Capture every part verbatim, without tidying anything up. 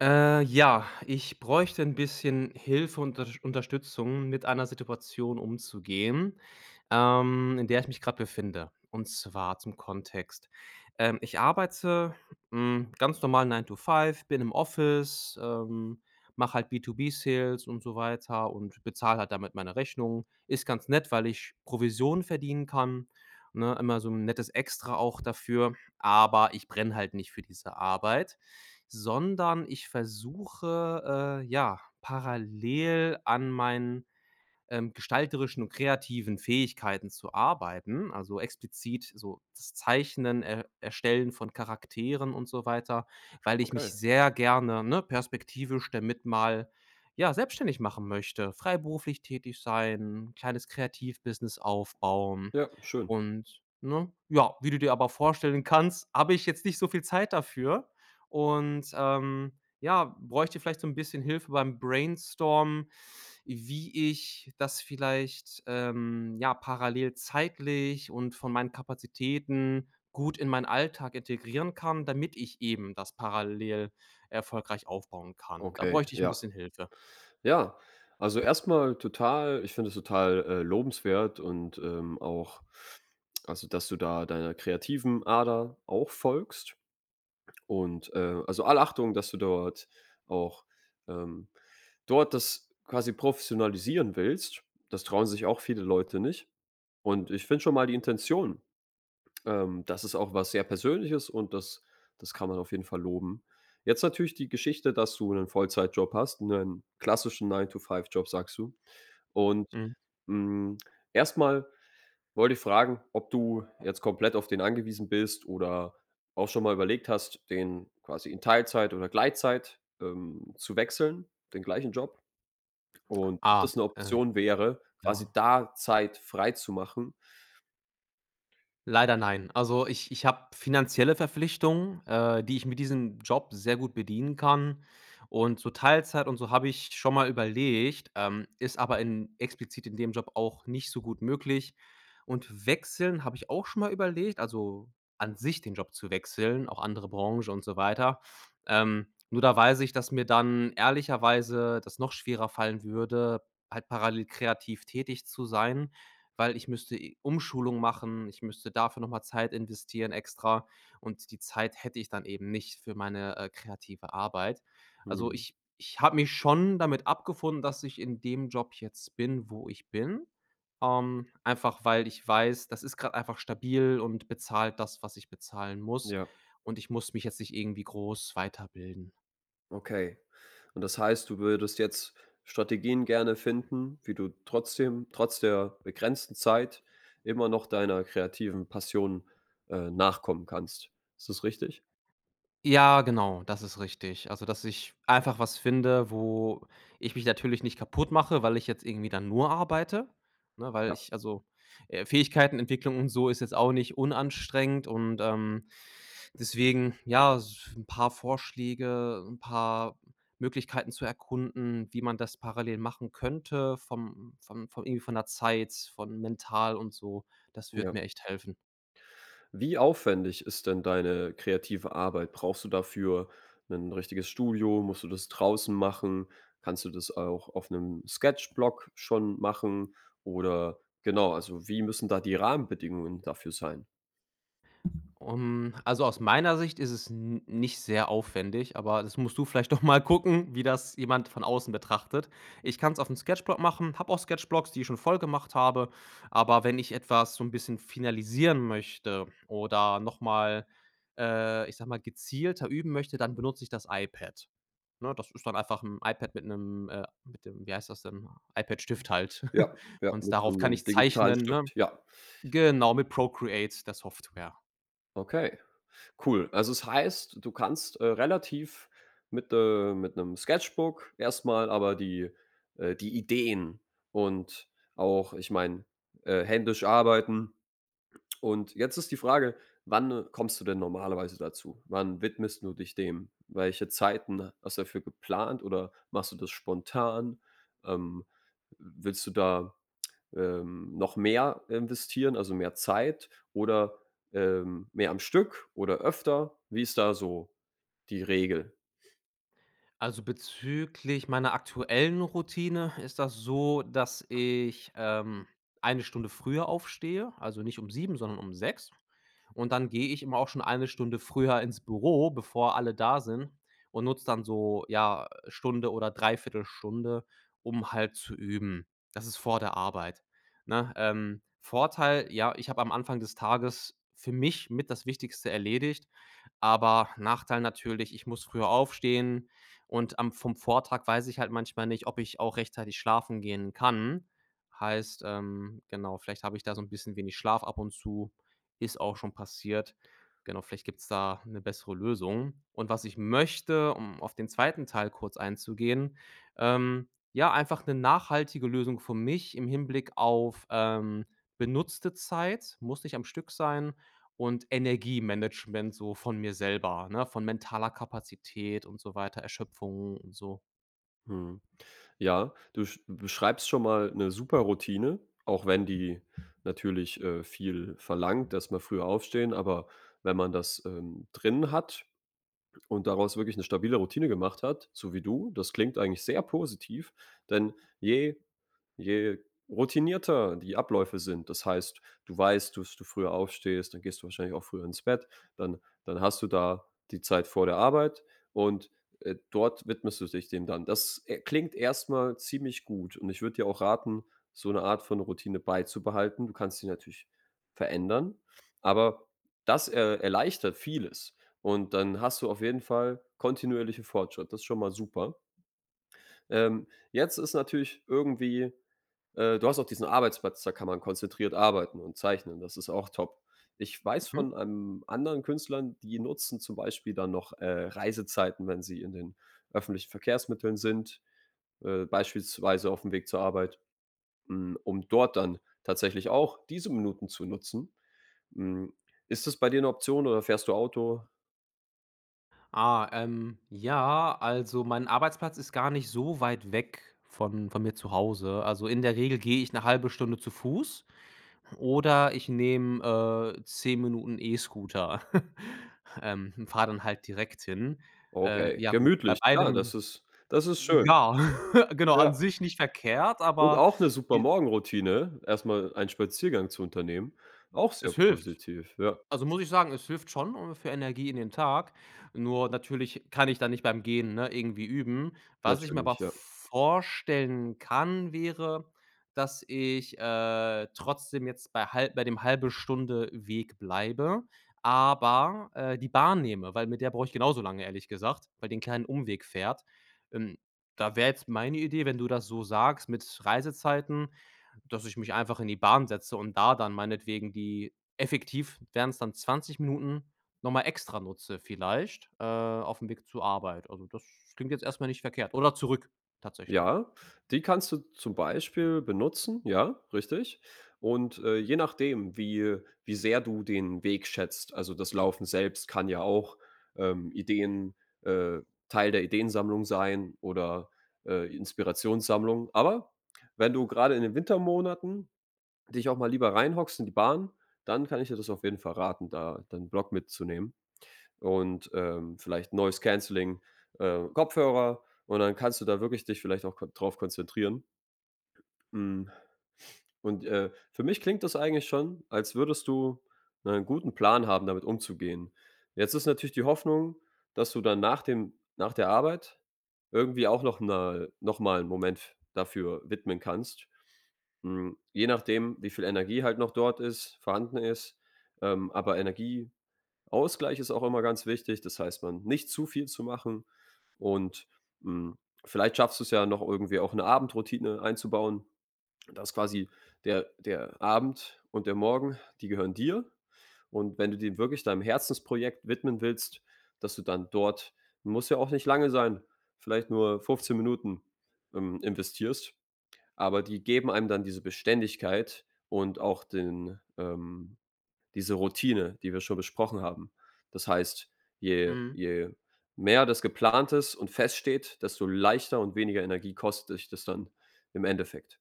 Äh, ja, ich bräuchte ein bisschen Hilfe und Unters Unterstützung, mit einer Situation umzugehen, ähm, in der ich mich gerade befinde. Und zwar zum Kontext. Ähm, ich arbeite, hm, ganz normal Nine to Five, bin im Office, ähm, mache halt B zwei B Sales und so weiter und bezahle halt damit meine Rechnung. Ist ganz nett, weil ich Provision verdienen kann, ne, immer so ein nettes Extra auch dafür, aber ich brenne halt nicht für diese Arbeit, sondern ich versuche, äh, ja, parallel an meinen ähm, gestalterischen und kreativen Fähigkeiten zu arbeiten, also explizit so das Zeichnen, Er Erstellen von Charakteren und so weiter, weil ich mich Okay, sehr gerne, ne, perspektivisch damit mal, ja, selbstständig machen möchte, freiberuflich tätig sein, kleines Kreativbusiness aufbauen ja, schön. und, ne, ja, wie du dir aber vorstellen kannst, habe ich jetzt nicht so viel Zeit dafür und, ähm, ja, bräuchte vielleicht so 'n bisschen Hilfe beim Brainstormen, wie ich das vielleicht, ähm, ja, parallel zeitlich und von meinen Kapazitäten gut in meinen Alltag integrieren kann, damit ich eben das parallel erfolgreich aufbauen kann. Da Okay, bräuchte ich 'n ja. bisschen Hilfe. Ja, also erstmal total ich finde es total, äh, lobenswert und, ähm, auch also, dass du da deiner kreativen Ader auch folgst und, äh also, alle Achtung, dass du dort auch, ähm dort das quasi professionalisieren willst. Das trauen sich auch viele Leute nicht und ich finde schon mal die Intention. Ähm, das ist auch was sehr Persönliches und das das kann man auf jeden Fall loben. Jetzt natürlich die Geschichte, dass du einen Vollzeitjob hast, einen klassischen neun to five Job, sagst du. Und, Mhm. hm, erst wollte ich fragen, ob du jetzt komplett auf den angewiesen bist oder auch schon mal überlegt hast, den quasi in Teilzeit oder Gleitzeit, ähm, zu wechseln, den gleichen Job, und ob Ah, das eine äh, Option wäre, quasi ja. da Zeit frei freizumachen? Leider nein. Also, ich ich habe finanzielle Verpflichtungen, äh, die ich mit diesem Job sehr gut bedienen kann. Und so Teilzeit und so habe ich schon mal überlegt, ähm, ist aber in explizit in dem Job auch nicht so gut möglich. Und wechseln habe ich auch schon mal überlegt, also an sich den Job zu wechseln, auch andere Branche und so weiter. Ähm, nur da weiß ich, dass mir dann ehrlicherweise das noch schwerer fallen würde, halt parallel kreativ tätig zu sein, weil ich müsste i Umschulung machen, ich müsste dafür noch mal Zeit investieren extra und die Zeit hätte ich dann eben nicht für meine, äh, kreative Arbeit. Also, Mhm, ich ich habe mich schon damit abgefunden, dass ich in dem Job jetzt bin, wo ich bin, ähm, einfach weil ich weiß, das ist gerade einfach stabil und bezahlt das, was ich bezahlen muss, ja. und ich muss mich jetzt nicht irgendwie groß weiterbilden. Okay. Und das heißt, du würdest jetzt Strategien gerne finden, wie du trotzdem trotz der begrenzten Zeit immer noch deiner kreativen Passion, äh, nachkommen kannst. Ist das richtig? Ja, genau, das ist richtig. Also, dass ich einfach was finde, wo ich mich natürlich nicht kaputt mache, weil ich jetzt irgendwie dann nur arbeite, ne? Weil Ja. ich also, äh, Fähigkeitenentwicklung und so ist jetzt auch nicht unanstrengend und, ähm, deswegen, ja, s 'n paar Vorschläge, ein paar Möglichkeiten zu erkunden, wie man das parallel machen könnte vom vom vom irgendwie von der Zeit, von mental und so. Das wird Ja. mir echt helfen. Wie aufwendig ist denn deine kreative Arbeit? Brauchst du dafür ein richtiges Studio? Musst du das draußen machen? Kannst du das auch auf einem Sketchblock schon machen? Oder genau, also, wie müssen da die Rahmenbedingungen dafür sein? Ähm, also aus meiner Sicht ist es n nicht sehr aufwendig, aber das musst du vielleicht doch mal gucken, wie das jemand von außen betrachtet. Ich kann es auf dem Sketchblock machen, habe auch Sketchblocks, die ich schon voll gemacht habe, aber wenn ich etwas so ein bisschen finalisieren möchte oder noch mal, äh, ich sage mal, gezielter üben möchte, dann benutze ich das iPad. Ne, das ist dann einfach ein iPad mit einem, äh, mit dem, wie heißt das denn? iPad-Stift halt. Ja, ja, Und mit so darauf kann 'nem ich digitalen zeichnen, ne? Stift, ja. Genau, mit Procreate, der Software. Okay, cool. Also, es heißt, du kannst, äh, relativ mit, äh mit 'nem Sketchbook erst mal aber die äh, die Ideen und auch, ich meine, äh, händisch arbeiten. Und jetzt ist die Frage, wann äh, kommst du denn normalerweise dazu? Wann widmest du dich dem? Welche Zeiten hast du dafür geplant oder machst du das spontan? Ähm, willst du da ähm, noch mehr investieren, also mehr Zeit oder, ähm, mehr am Stück oder öfter? Wie ist da so die Regel? Also, bezüglich meiner aktuellen Routine ist das so, dass ich, ähm, eine Stunde früher aufstehe, also nicht um sieben, sondern um sechs. Und dann gehe ich immer auch schon eine Stunde früher ins Büro, bevor alle da sind, und nutze dann so, ja, Stunde oder Dreiviertelstunde, um halt zu üben. Das ist vor der Arbeit, ne? Ähm, Vorteil, ja, ich habe am Anfang des Tages für mich mit das Wichtigste erledigt, aber Nachteil natürlich, ich muss früher aufstehen, und am vom Vortag weiß ich halt manchmal nicht, ob ich auch rechtzeitig schlafen gehen kann. Heißt, ähm, genau, vielleicht habe ich da so ein bisschen wenig Schlaf ab und zu, ist auch schon passiert. Genau, vielleicht gibt's da eine bessere Lösung. Und was ich möchte, um auf den zweiten Teil kurz einzugehen, ähm, ja, einfach eine nachhaltige Lösung für mich im Hinblick auf, ähm, benutzte Zeit. Muss nicht am Stück sein, und Energiemanagement so von mir selber, ne, von mentaler Kapazität und so weiter, Erschöpfung und so. Mhm. Ja, du sch beschreibst schon mal eine super Routine, auch wenn die natürlich, äh, viel verlangt, dass man früher aufstehen, aber wenn man das, ähm, drin hat und daraus wirklich eine stabile Routine gemacht hat, so wie du. Das klingt eigentlich sehr positiv, denn je je routinierter die Abläufe sind, das heißt, du weißt, dass du früher aufstehst, dann gehst du wahrscheinlich auch früher ins Bett, dann dann hast du da die Zeit vor der Arbeit, und, äh, dort widmest du dich dem dann. Das, äh, klingt erstmal ziemlich gut und ich würde dir auch raten, so eine Art von Routine beizubehalten. Du kannst sie natürlich verändern, aber das, äh, erleichtert vieles. Und dann hast du auf jeden Fall kontinuierlichen Fortschritt. Das ist schon mal super. Ähm, jetzt ist natürlich irgendwie äh, du hast auch diesen Arbeitsplatz, da kann man konzentriert arbeiten und zeichnen. Das ist auch top. Ich weiß Mhm. von, ähm, anderen Künstlern, die nutzen zum Beispiel dann noch, äh, Reisezeiten, wenn sie in den öffentlichen Verkehrsmitteln sind, äh, beispielsweise auf dem Weg zur Arbeit, hm, um dort dann tatsächlich auch diese Minuten zu nutzen. Hm, ist das bei dir eine Option oder fährst du Auto? Ah, ähm, ja, also mein Arbeitsplatz ist gar nicht so weit weg von von mir zu Hause. Also, in der Regel gehe ich eine halbe Stunde zu Fuß oder ich nehme, äh, zehn Minuten E-Scooter, ähm, und fahre dann halt direkt hin. Äh, Okay, ja gut, bei gemütlich. Ja, das beidem, ist das ist schön. ja, genau, Ja, an sich nicht verkehrt, und aber auch 'ne super i Morgenroutine, erst mal einen Spaziergang zu unternehmen, auch sehr es hilft. positiv, ja, Also, muss ich sagen, es hilft schon, äh, für Energie in den Tag. Nur natürlich kann ich da nicht beim Gehen, ne, irgendwie üben. Was ich mir aber natürlich, ja. vorstellen kann, wäre, dass ich, äh, trotzdem jetzt bei halb bei dem halbe Stunde Weg bleibe, aber, äh, die Bahn nehme, weil mit der brauche ich genauso lange, ehrlich gesagt, weil den kleinen Umweg fährt. Ähm, da wäre jetzt meine Idee, wenn du das so sagst mit Reisezeiten, dass ich mich einfach in die Bahn setze und da dann meinetwegen die, effektiv wären es dann zwanzig Minuten, nochmal extra nutze vielleicht, äh, auf dem Weg zur Arbeit. Also, das klingt jetzt erstmal nicht verkehrt. Oder zurück tatsächlich. Ja, die kannst du zum Beispiel benutzen, ja, richtig. Und, äh, je nachdem, wie wie sehr du den Weg schätzt, also, das Laufen selbst kann ja auch, ähm, Ideen äh, Teil der Ideensammlung sein oder, äh, Inspirationssammlung. Aber wenn du grade in den Wintermonaten dich auch mal lieber reinhockst in die Bahn, dann kann ich dir das auf jeden Fall raten, da deinen Block mitzunehmen und, ähm, vielleicht Noise Cancelling, äh, Kopfhörer, und dann kannst du da wirklich dich vielleicht auch ko drauf konzentrieren. Hm. Und, äh, für mich klingt das eigentlich schon, als würdest du einen guten Plan haben, damit umzugehen. Jetzt ist natürlich die Hoffnung, dass du dann nach dem nach der Arbeit irgendwie auch noch 'ne noch mal einen Moment dafür widmen kannst. Hm, je nachdem, wie viel Energie halt noch dort ist vorhanden ist. Ähm, aber Energieausgleich ist auch immer ganz wichtig. Das heißt, man nicht zu viel zu machen und, hm, vielleicht schaffst du es ja noch irgendwie auch, eine Abendroutine einzubauen. Das ist quasi der der Abend und der Morgen, die gehören dir. Und wenn du den wirklich deinem Herzensprojekt widmen willst, dass du dann dort, muss ja auch nicht lange sein, vielleicht nur fünfzehn Minuten, ähm, investierst, aber die geben einem dann diese Beständigkeit und auch den ähm, diese Routine, die wir schon besprochen haben. Das heißt, je Mhm. je mehr das geplant ist und feststeht, desto leichter und weniger Energie kostet dich das dann im Endeffekt.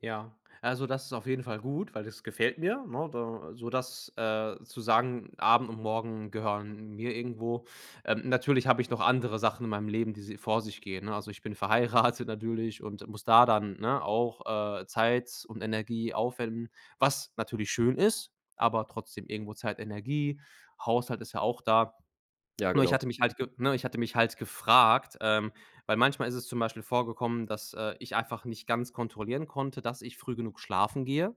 Ja, also, das ist auf jeden Fall gut, weil das gefällt mir, ne? Da sodass, äh, zu sagen, Abend und Morgen gehören mir irgendwo. Ähm, natürlich habe ich noch andere Sachen in meinem Leben, die si vor sich gehen, ne? Also, ich bin verheiratet natürlich und muss da dann, ne, auch, äh, Zeit und Energie aufwenden, was natürlich schön ist, aber trotzdem irgendwo Zeit, Energie. Haushalt ist ja auch da. Ja, Nur ich genau. hatte mich halt ge ne, ich hatte mich halt gefragt, ähm, weil manchmal ist es zum Beispiel vorgekommen, dass, äh, ich einfach nicht ganz kontrollieren konnte, dass ich früh genug schlafen gehe.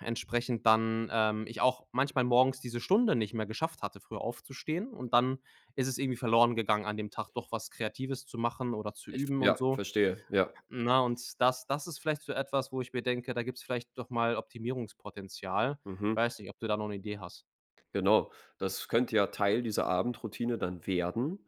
Entsprechend dann, ähm, ich auch manchmal morgens diese Stunde nicht mehr geschafft hatte, früh aufzustehen, und dann ist es irgendwie verloren gegangen, an dem Tag doch was Kreatives zu machen oder zu Ich, üben und ja, so. verstehe, ja. Na Und das das ist vielleicht so etwas, wo ich mir denke, da gibt's vielleicht doch mal Optimierungspotenzial. Mhm. Ich weiß nicht, ob du da noch eine Idee hast. Genau, das könnte ja Teil dieser Abendroutine dann werden,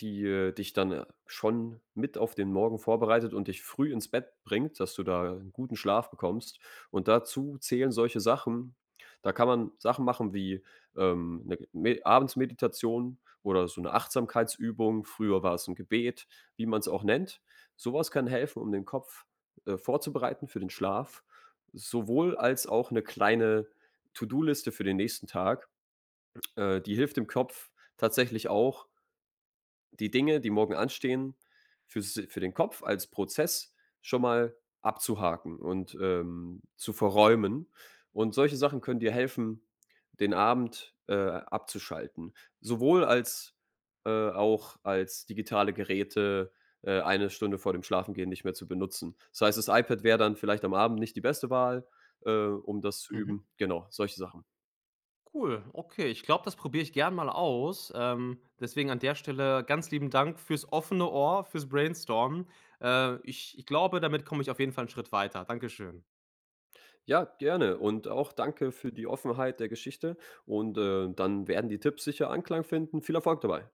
die, äh, dich dann, äh, schon mit auf den Morgen vorbereitet und dich früh ins Bett bringt, dass du da 'n guten Schlaf bekommst. Und dazu zählen solche Sachen, da kann man Sachen machen wie, ähm, 'ne Me Abendsmeditation oder so eine Achtsamkeitsübung. Früher war es ein Gebet, wie man es auch nennt. Sowas kann helfen, um den Kopf, äh, vorzubereiten für den Schlaf, sowohl als auch eine kleine To-do-Liste für den nächsten Tag. Äh, die hilft dem Kopf tatsächlich auch, die Dinge, die morgen anstehen, fürs für den Kopf als Prozess schon mal abzuhaken und, ähm, zu verräumen. Und solche Sachen können dir helfen, den Abend, äh, abzuschalten. Sowohl als äh, auch als digitale Geräte, äh, eine Stunde vor dem Schlafengehen nicht mehr zu benutzen. Das heißt, das iPad wäre dann vielleicht am Abend nicht die beste Wahl, äh, um das zu üben. Genau, solche Sachen. Cool, okay. Ich glaube, das probiere ich gern mal aus. Ähm, deswegen an der Stelle ganz lieben Dank fürs offene Ohr, fürs Brainstormen. Äh, ich ich glaube, damit komme ich auf jeden Fall einen Schritt weiter. Dankeschön. Ja, gerne, und auch danke für die Offenheit der Geschichte, und, äh, dann werden die Tipps sicher Anklang finden. Viel Erfolg dabei.